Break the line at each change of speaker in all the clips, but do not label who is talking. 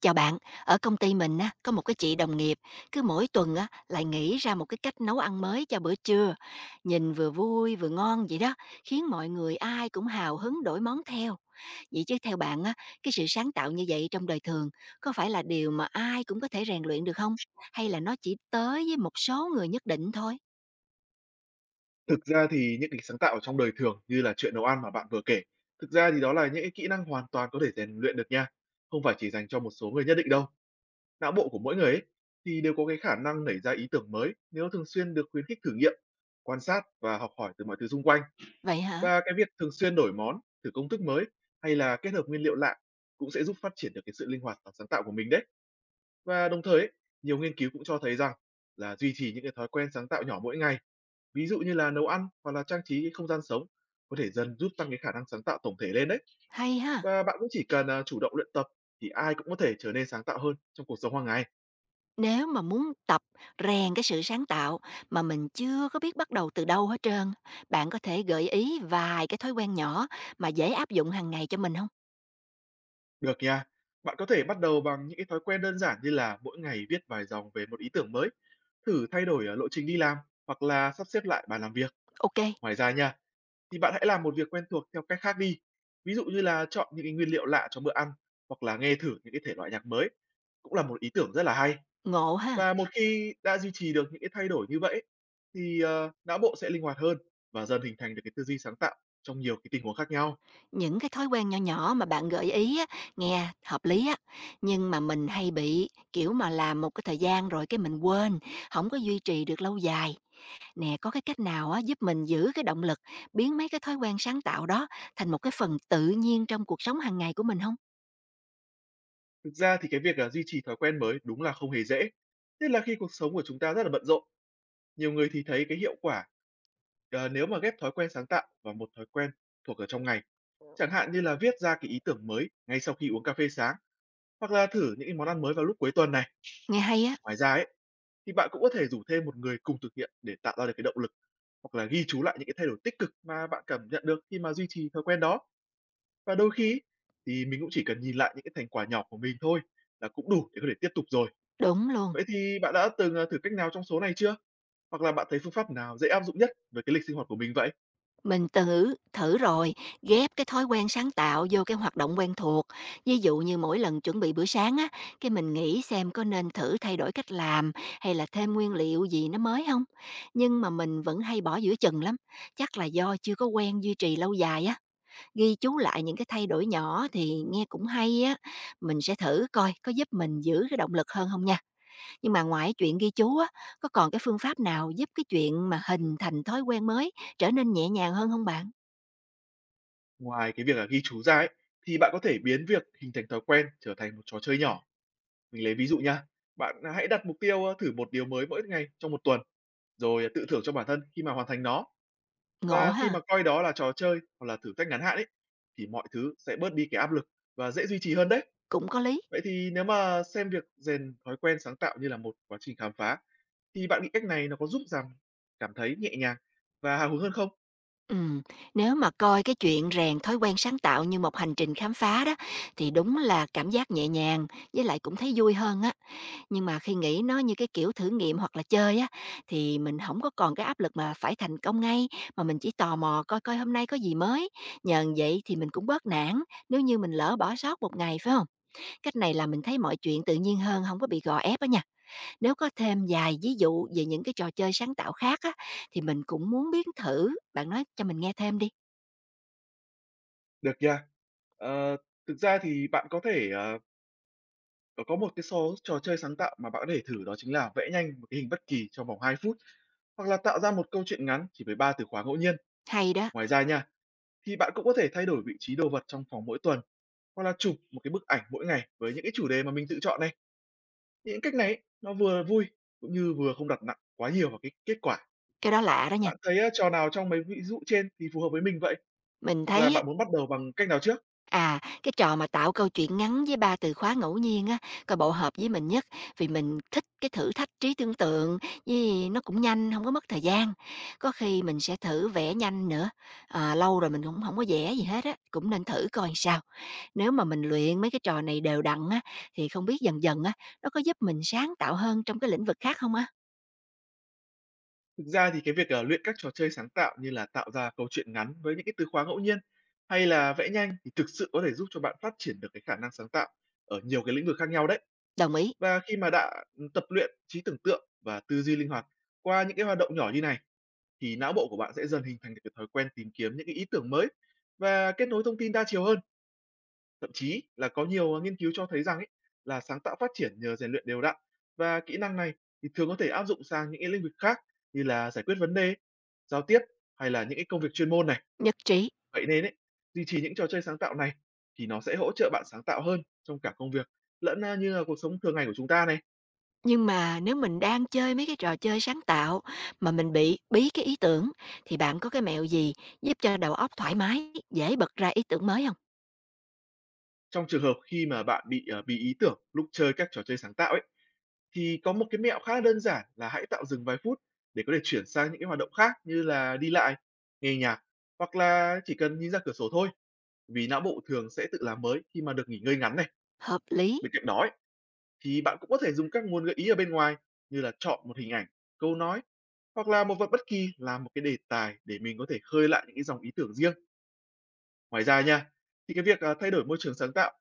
Chào bạn, ở công ty mình á, có một cái chị đồng nghiệp cứ mỗi tuần á, lại nghĩ ra một cái cách nấu ăn mới cho bữa trưa. Nhìn vừa vui vừa ngon vậy đó, khiến mọi người ai cũng hào hứng đổi món theo. Vậy chứ theo bạn á, cái sự sáng tạo như vậy trong đời thường có phải là điều mà ai cũng có thể rèn luyện được không? Hay là nó chỉ tới với một số người nhất định thôi?
Thực ra thì những cái sáng tạo trong đời thường như là chuyện nấu ăn mà bạn vừa kể, thực ra thì đó là những cái kỹ năng hoàn toàn có thể rèn luyện được nha, không phải chỉ dành cho một số người nhất định đâu. Não bộ của mỗi người ấy thì đều có cái khả năng nảy ra ý tưởng mới nếu thường xuyên được khuyến khích thử nghiệm, quan sát và học hỏi từ mọi thứ xung quanh.
Vậy hả?
Và cái việc thường xuyên đổi món, thử công thức mới hay là kết hợp nguyên liệu lạ cũng sẽ giúp phát triển được cái sự linh hoạt và sáng tạo của mình đấy. Và đồng thời ấy, nhiều nghiên cứu cũng cho thấy rằng là duy trì những cái thói quen sáng tạo nhỏ mỗi ngày, ví dụ như là nấu ăn hoặc là trang trí cái không gian sống, có thể dần giúp tăng cái khả năng sáng tạo tổng thể lên đấy.
Hay ha.
Và bạn cũng chỉ cần, chủ động luyện tập thì ai cũng có thể trở nên sáng tạo hơn trong cuộc sống hàng ngày.
Nếu mà muốn tập rèn cái sự sáng tạo mà mình chưa có biết bắt đầu từ đâu hết trơn, bạn có thể gợi ý vài cái thói quen nhỏ mà dễ áp dụng hàng ngày cho mình không?
Được nha. Bạn có thể bắt đầu bằng những cái thói quen đơn giản như là mỗi ngày viết vài dòng về một ý tưởng mới, thử thay đổi, lộ trình đi làm hoặc là sắp xếp lại bàn làm việc.
OK,
Ngoài ra nha, thì bạn hãy làm một việc quen thuộc theo cách khác đi. Ví dụ như là chọn những cái nguyên liệu lạ cho bữa ăn hoặc là nghe thử những cái thể loại nhạc mới, cũng là một ý tưởng rất là hay.
ngộ ha.
Và một khi đã duy trì được những cái thay đổi như vậy ấy, thì, não bộ sẽ linh hoạt hơn và dần hình thành được cái tư duy sáng tạo trong nhiều cái tình huống khác nhau.
Những cái thói quen nhỏ nhỏ mà bạn gợi ý á, nghe hợp lý á, nhưng mà mình hay bị, kiểu, mà làm một cái thời gian rồi cái mình quên, không có duy trì được lâu dài. Nè, có cái cách nào á giúp mình giữ cái động lực, biến mấy cái thói quen sáng tạo đó thành một cái phần tự nhiên trong cuộc sống hàng ngày của mình không?
Thực ra thì cái việc là duy trì thói quen mới đúng là không hề dễ, nhất là khi cuộc sống của chúng ta rất là bận rộn. Nhiều người thì thấy cái hiệu quả, nếu mà ghép thói quen sáng tạo vào một thói quen thuộc ở trong ngày, chẳng hạn như là viết ra cái ý tưởng mới ngay sau khi uống cà phê sáng, hoặc là thử những cái món ăn mới vào lúc cuối tuần này.
Nghe hay á,
Ngoài ra ấy, thì bạn cũng có thể rủ thêm một người cùng thực hiện để tạo ra được cái động lực, hoặc là ghi chú lại những cái thay đổi tích cực mà bạn cảm nhận được khi mà duy trì thói quen đó. Và đôi khi ấy, thì mình cũng chỉ cần nhìn lại những cái thành quả nhỏ của mình thôi là cũng đủ để có thể tiếp tục rồi.
đúng luôn.
Vậy thì bạn đã từng, thử cách nào trong số này chưa? Hoặc là bạn thấy phương pháp nào dễ áp dụng nhất với cái lịch sinh hoạt của mình vậy?
Mình thử thử rồi, ghép cái thói quen sáng tạo vô cái hoạt động quen thuộc. Ví dụ như mỗi lần chuẩn bị bữa sáng á, cái mình nghĩ xem có nên thử thay đổi cách làm hay là thêm nguyên liệu gì nó mới không. Nhưng mà mình vẫn hay bỏ giữa chừng lắm, chắc là do chưa có quen duy trì lâu dài á. Ghi chú lại những cái thay đổi nhỏ thì nghe cũng hay á. Mình sẽ thử coi có giúp mình giữ cái động lực hơn không nha. Nhưng mà ngoài chuyện ghi chú á, có còn cái phương pháp nào giúp cái chuyện mà hình thành thói quen mới trở nên nhẹ nhàng hơn không bạn?
Ngoài cái việc là ghi chú ra ấy, thì bạn có thể biến việc hình thành thói quen trở thành một trò chơi nhỏ. Mình lấy ví dụ nha, bạn à, hãy đặt mục tiêu, thử một điều mới mỗi ngày trong một tuần, rồi tự thưởng cho bản thân khi mà hoàn thành nó.
Ngộ
Và khi
ha,
mà coi đó là trò chơi hoặc là thử thách ngắn hạn ấy, thì mọi thứ sẽ bớt đi cái áp lực và dễ duy trì hơn đấy.
cũng có lý.
Vậy thì nếu mà xem việc rèn thói quen sáng tạo như là một quá trình khám phá, thì bạn nghĩ cách này nó có giúp rằng cảm thấy nhẹ nhàng và hào hứng hơn không?
Ừm, Nếu mà coi cái chuyện rèn thói quen sáng tạo như một hành trình khám phá đó thì đúng là cảm giác nhẹ nhàng với lại cũng thấy vui hơn á, nhưng mà khi nghĩ nó như cái kiểu thử nghiệm hoặc là chơi á thì mình không có còn cái áp lực mà phải thành công ngay, mà mình chỉ tò mò coi coi hôm nay có gì mới, nhờ vậy thì mình cũng bớt nản nếu như mình lỡ bỏ sót một ngày, phải không? Cách này là mình thấy mọi chuyện tự nhiên hơn, không có bị gò ép á nha. Nếu có thêm vài ví dụ về những cái trò chơi sáng tạo khác á, thì mình cũng muốn biến thử, bạn nói cho mình nghe thêm đi.
Được nha. Ờ, thực ra thì bạn có thể, có một cái số trò chơi sáng tạo mà bạn có thể thử, đó chính là vẽ nhanh một cái hình bất kỳ trong vòng 2 phút, hoặc là tạo ra một câu chuyện ngắn chỉ với 3 từ khóa ngẫu nhiên.
Hay đó,
Ngoài ra nha, thì bạn cũng có thể thay đổi vị trí đồ vật trong phòng mỗi tuần, hoặc là chụp một cái bức ảnh mỗi ngày với những cái chủ đề mà mình tự chọn này. Những cách này ấy, nó vừa vui cũng như vừa không đặt nặng quá nhiều vào cái kết quả.
cái đó lạ đó nha.
Bạn thấy á, trò nào trong mấy ví dụ trên thì phù hợp với mình vậy?
Mình
Hoặc
thấy
là
á,
bạn muốn bắt đầu bằng cách nào trước?
Cái trò mà tạo câu chuyện ngắn với 3 từ khóa ngẫu nhiên á, coi bộ hợp với mình nhất, vì mình thích cái thử thách trí tưởng tượng, với nó cũng nhanh, không có mất thời gian. Có khi mình sẽ thử vẽ nhanh nữa, lâu rồi mình cũng không có vẽ gì hết á, cũng nên thử coi sao. Nếu mà mình luyện mấy cái trò này đều đặn á, thì không biết dần dần á, nó có giúp mình sáng tạo hơn trong cái lĩnh vực khác không á?
Thực ra thì cái việc, luyện các trò chơi sáng tạo như là tạo ra câu chuyện ngắn với những cái từ khóa ngẫu nhiên, hay là vẽ nhanh, thì thực sự có thể giúp cho bạn phát triển được cái khả năng sáng tạo ở nhiều cái lĩnh vực khác nhau đấy.
Đồng ý,
Và khi mà đã, ừ, tập luyện trí tưởng tượng và tư duy linh hoạt qua những cái hoạt động nhỏ như này, thì não bộ của bạn sẽ dần hình thành được cái thói quen tìm kiếm những cái ý tưởng mới và kết nối thông tin đa chiều hơn. Thậm chí là có nhiều nghiên cứu cho thấy rằng ấy, là sáng tạo phát triển nhờ rèn luyện đều đặn, và kỹ năng này thì thường có thể áp dụng sang những cái lĩnh vực khác như là giải quyết vấn đề, giao tiếp, hay là những cái công việc chuyên môn này.
nhất trí.
Vậy nên ấy, duy trì những trò chơi sáng tạo này thì nó sẽ hỗ trợ bạn sáng tạo hơn trong cả công việc lẫn như là cuộc sống thường ngày của chúng ta này.
Nhưng mà nếu mình đang chơi mấy cái trò chơi sáng tạo mà mình bị bí cái ý tưởng thì bạn có cái mẹo gì giúp cho đầu óc thoải mái, dễ bật ra ý tưởng mới không?
Trong trường hợp khi mà bạn bị bí ý tưởng lúc chơi các trò chơi sáng tạo ấy, thì có một cái mẹo khá đơn giản là hãy tạo dừng vài phút để có thể chuyển sang những cái hoạt động khác như là đi lại, nghe nhạc, hoặc là chỉ cần nhìn ra cửa sổ thôi, vì não bộ thường sẽ tự làm mới khi mà được nghỉ ngơi ngắn này.
Hợp lý.
Bên cạnh đó ấy, thì bạn cũng có thể dùng các nguồn gợi ý ở bên ngoài, như là chọn một hình ảnh, câu nói, hoặc là một vật bất kỳ làm một cái đề tài để mình có thể khơi lại những cái dòng ý tưởng riêng. Ngoài ra nha, thì cái việc thay đổi môi trường sáng tạo,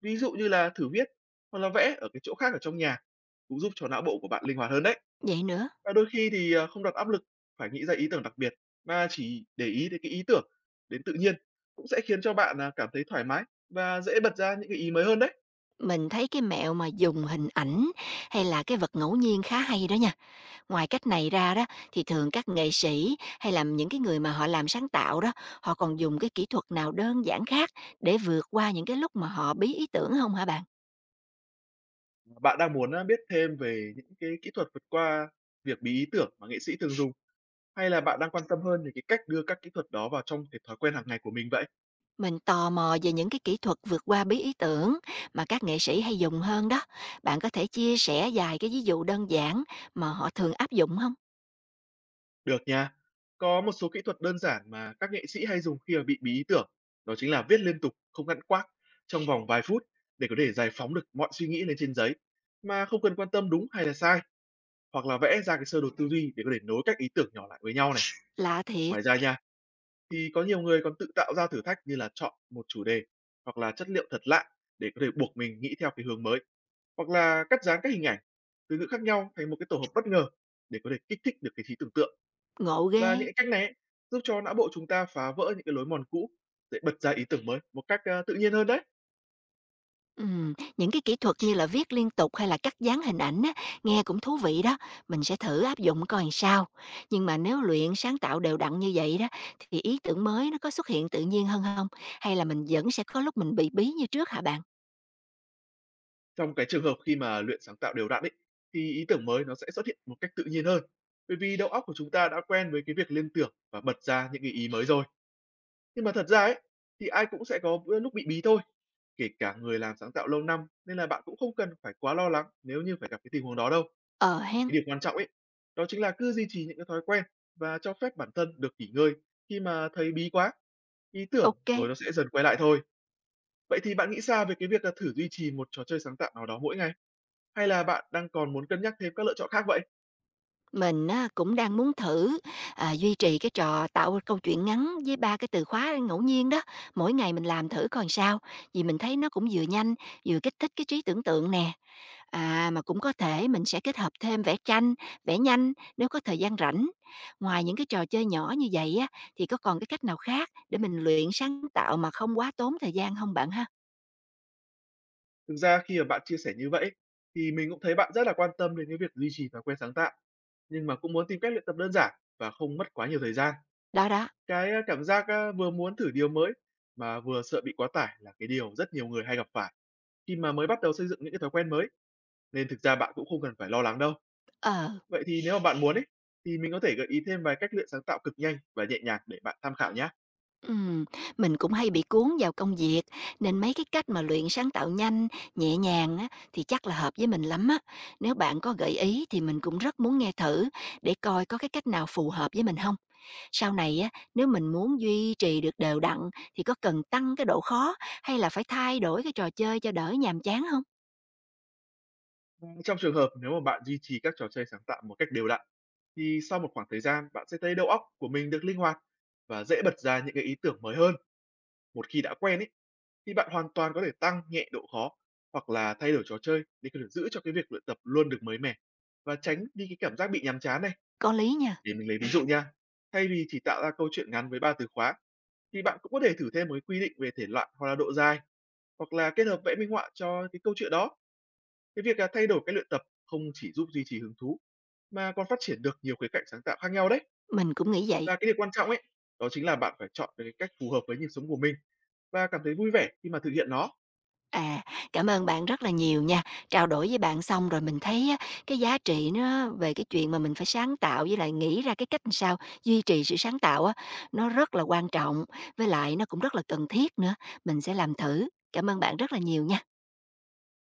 ví dụ như là thử viết hoặc là vẽ ở cái chỗ khác ở trong nhà, cũng giúp cho não bộ của bạn linh hoạt hơn đấy.
Vậy nữa,
Và đôi khi thì, không đặt áp lực phải nghĩ ra ý tưởng đặc biệt, mà chỉ để ý đến cái ý tưởng đến tự nhiên, cũng sẽ khiến cho bạn, cảm thấy thoải mái và dễ bật ra những cái ý mới hơn đấy.
mình thấy cái mẹo mà dùng hình ảnh hay là cái vật ngẫu nhiên khá hay đó nha. Ngoài cách này ra đó thì thường các nghệ sĩ hay là những cái người mà họ làm sáng tạo đó, họ còn dùng cái kỹ thuật nào đơn giản khác để vượt qua những cái lúc mà họ bí ý tưởng không hả bạn?
Bạn đang muốn, biết thêm về những cái kỹ thuật vượt qua việc bí ý tưởng mà nghệ sĩ thường dùng, hay là bạn đang quan tâm hơn về cái cách đưa các kỹ thuật đó vào trong cái thói quen hàng ngày của mình vậy?
Mình tò mò về những cái kỹ thuật vượt qua bí ý tưởng mà các nghệ sĩ hay dùng hơn đó. Bạn có thể chia sẻ vài cái ví dụ đơn giản mà họ thường áp dụng không?
Được nha. Có một số kỹ thuật đơn giản mà các nghệ sĩ hay dùng khi mà bị bí ý tưởng, đó chính là viết liên tục, không ngắt quãng trong vòng vài phút để có thể giải phóng được mọi suy nghĩ lên trên giấy mà không cần quan tâm đúng hay là sai, hoặc là vẽ ra cái sơ đồ tư duy để có thể nối các ý tưởng nhỏ lại với nhau này.
Lạ thiệt,
Ngoài ra nha, thì có nhiều người còn tự tạo ra thử thách, như là chọn một chủ đề hoặc là chất liệu thật lạ để có thể buộc mình nghĩ theo cái hướng mới, hoặc là cắt dán các hình ảnh, từ ngữ khác nhau thành một cái tổ hợp bất ngờ để có thể kích thích được cái trí tưởng tượng.
ngộ ghê.
Và những cái cách này ấy, giúp cho não bộ chúng ta phá vỡ những cái lối mòn cũ để bật ra ý tưởng mới một cách, tự nhiên hơn đấy.
Những cái kỹ thuật như là viết liên tục hay là cắt dán hình ảnh á, nghe cũng thú vị đó. Mình sẽ thử áp dụng coi làm sao. Nhưng mà nếu luyện sáng tạo đều đặn như vậy đó, thì ý tưởng mới nó có xuất hiện tự nhiên hơn không? Hay là mình vẫn sẽ có lúc mình bị bí như trước hả bạn?
Trong cái trường hợp khi mà luyện sáng tạo đều đặn ấy, thì ý tưởng mới nó sẽ xuất hiện một cách tự nhiên hơn, bởi vì đầu óc của chúng ta đã quen với cái việc liên tưởng và bật ra những cái ý mới rồi. Nhưng mà thật ra ấy, thì ai cũng sẽ có bữa lúc bị bí thôi, kể cả người làm sáng tạo lâu năm, nên là bạn cũng không cần phải quá lo lắng nếu như phải gặp cái tình huống đó đâu.
Ờ hen,
Cái điều quan trọng ấy, đó chính là cứ duy trì những cái thói quen và cho phép bản thân được nghỉ ngơi khi mà thấy bí quá. Ý tưởng
ok.
rồi nó sẽ dần quay lại thôi. Vậy thì bạn nghĩ sao về cái việc là thử duy trì một trò chơi sáng tạo nào đó mỗi ngày? Hay là bạn đang còn muốn cân nhắc thêm các lựa chọn khác vậy?
Mình á, cũng đang muốn thử, duy trì cái trò tạo câu chuyện ngắn với 3 cái từ khóa ngẫu nhiên đó, mỗi ngày mình làm thử coi sao, vì mình thấy nó cũng vừa nhanh, vừa kích thích cái trí tưởng tượng nè. Mà cũng có thể mình sẽ kết hợp thêm vẽ tranh, vẽ nhanh nếu có thời gian rảnh. Ngoài những cái trò chơi nhỏ như vậy á, thì có còn cái cách nào khác để mình luyện sáng tạo mà không quá tốn thời gian không bạn ha?
Thực ra khi mà bạn chia sẻ như vậy, thì mình cũng thấy bạn rất là quan tâm đến cái việc duy trì thói quen sáng tạo, nhưng mà cũng muốn tìm cách luyện tập đơn giản và không mất quá nhiều thời gian.
Đó, đó,
Cái, cảm giác, vừa muốn thử điều mới mà vừa sợ bị quá tải, là cái điều rất nhiều người hay gặp phải khi mà mới bắt đầu xây dựng những cái thói quen mới, nên thực ra bạn cũng không cần phải lo lắng đâu.
ờ.
Vậy thì nếu mà bạn muốn ấy, thì mình có thể gợi ý thêm vài cách luyện sáng tạo cực nhanh và nhẹ nhàng để bạn tham khảo nhé.
Ừm, mình cũng hay bị cuốn vào công việc nên mấy cái cách mà luyện sáng tạo nhanh, nhẹ nhàng á, thì chắc là hợp với mình lắm á. Nếu bạn có gợi ý thì mình cũng rất muốn nghe thử để coi có cái cách nào phù hợp với mình không. Sau này á, nếu mình muốn duy trì được đều đặn thì có cần tăng cái độ khó hay là phải thay đổi cái trò chơi cho đỡ nhàm chán không?
Trong trường hợp nếu mà bạn duy trì các trò chơi sáng tạo một cách đều đặn, thì sau một khoảng thời gian bạn sẽ thấy đầu óc của mình được linh hoạt và dễ bật ra những cái ý tưởng mới hơn. Một khi đã quen ấy, thì bạn hoàn toàn có thể tăng nhẹ độ khó hoặc là thay đổi trò chơi để có thể giữ cho cái việc luyện tập luôn được mới mẻ và tránh đi cái cảm giác bị nhàm chán này.
Có lý nha,
Để mình lấy ví dụ nha. Thay vì chỉ tạo ra câu chuyện ngắn với ba từ khóa, thì bạn cũng có thể thử thêm một cái quy định về thể loại hoặc là độ dài, hoặc là kết hợp vẽ minh họa cho cái câu chuyện đó. Cái việc là thay đổi cái luyện tập không chỉ giúp duy trì hứng thú mà còn phát triển được nhiều khía cạnh sáng tạo khác nhau đấy.
mình cũng nghĩ vậy.
Và cái điều quan trọng ấy, đó chính là bạn phải chọn được cái cách phù hợp với nhịp sống của mình và cảm thấy vui vẻ khi mà thực hiện nó.
À, cảm ơn bạn rất là nhiều nha. Trao đổi với bạn xong rồi mình thấy á, cái giá trị nó về cái chuyện mà mình phải sáng tạo với lại nghĩ ra cái cách làm sao duy trì sự sáng tạo á, nó rất là quan trọng, với lại nó cũng rất là cần thiết nữa. Mình sẽ làm thử. Cảm ơn bạn rất là nhiều nha.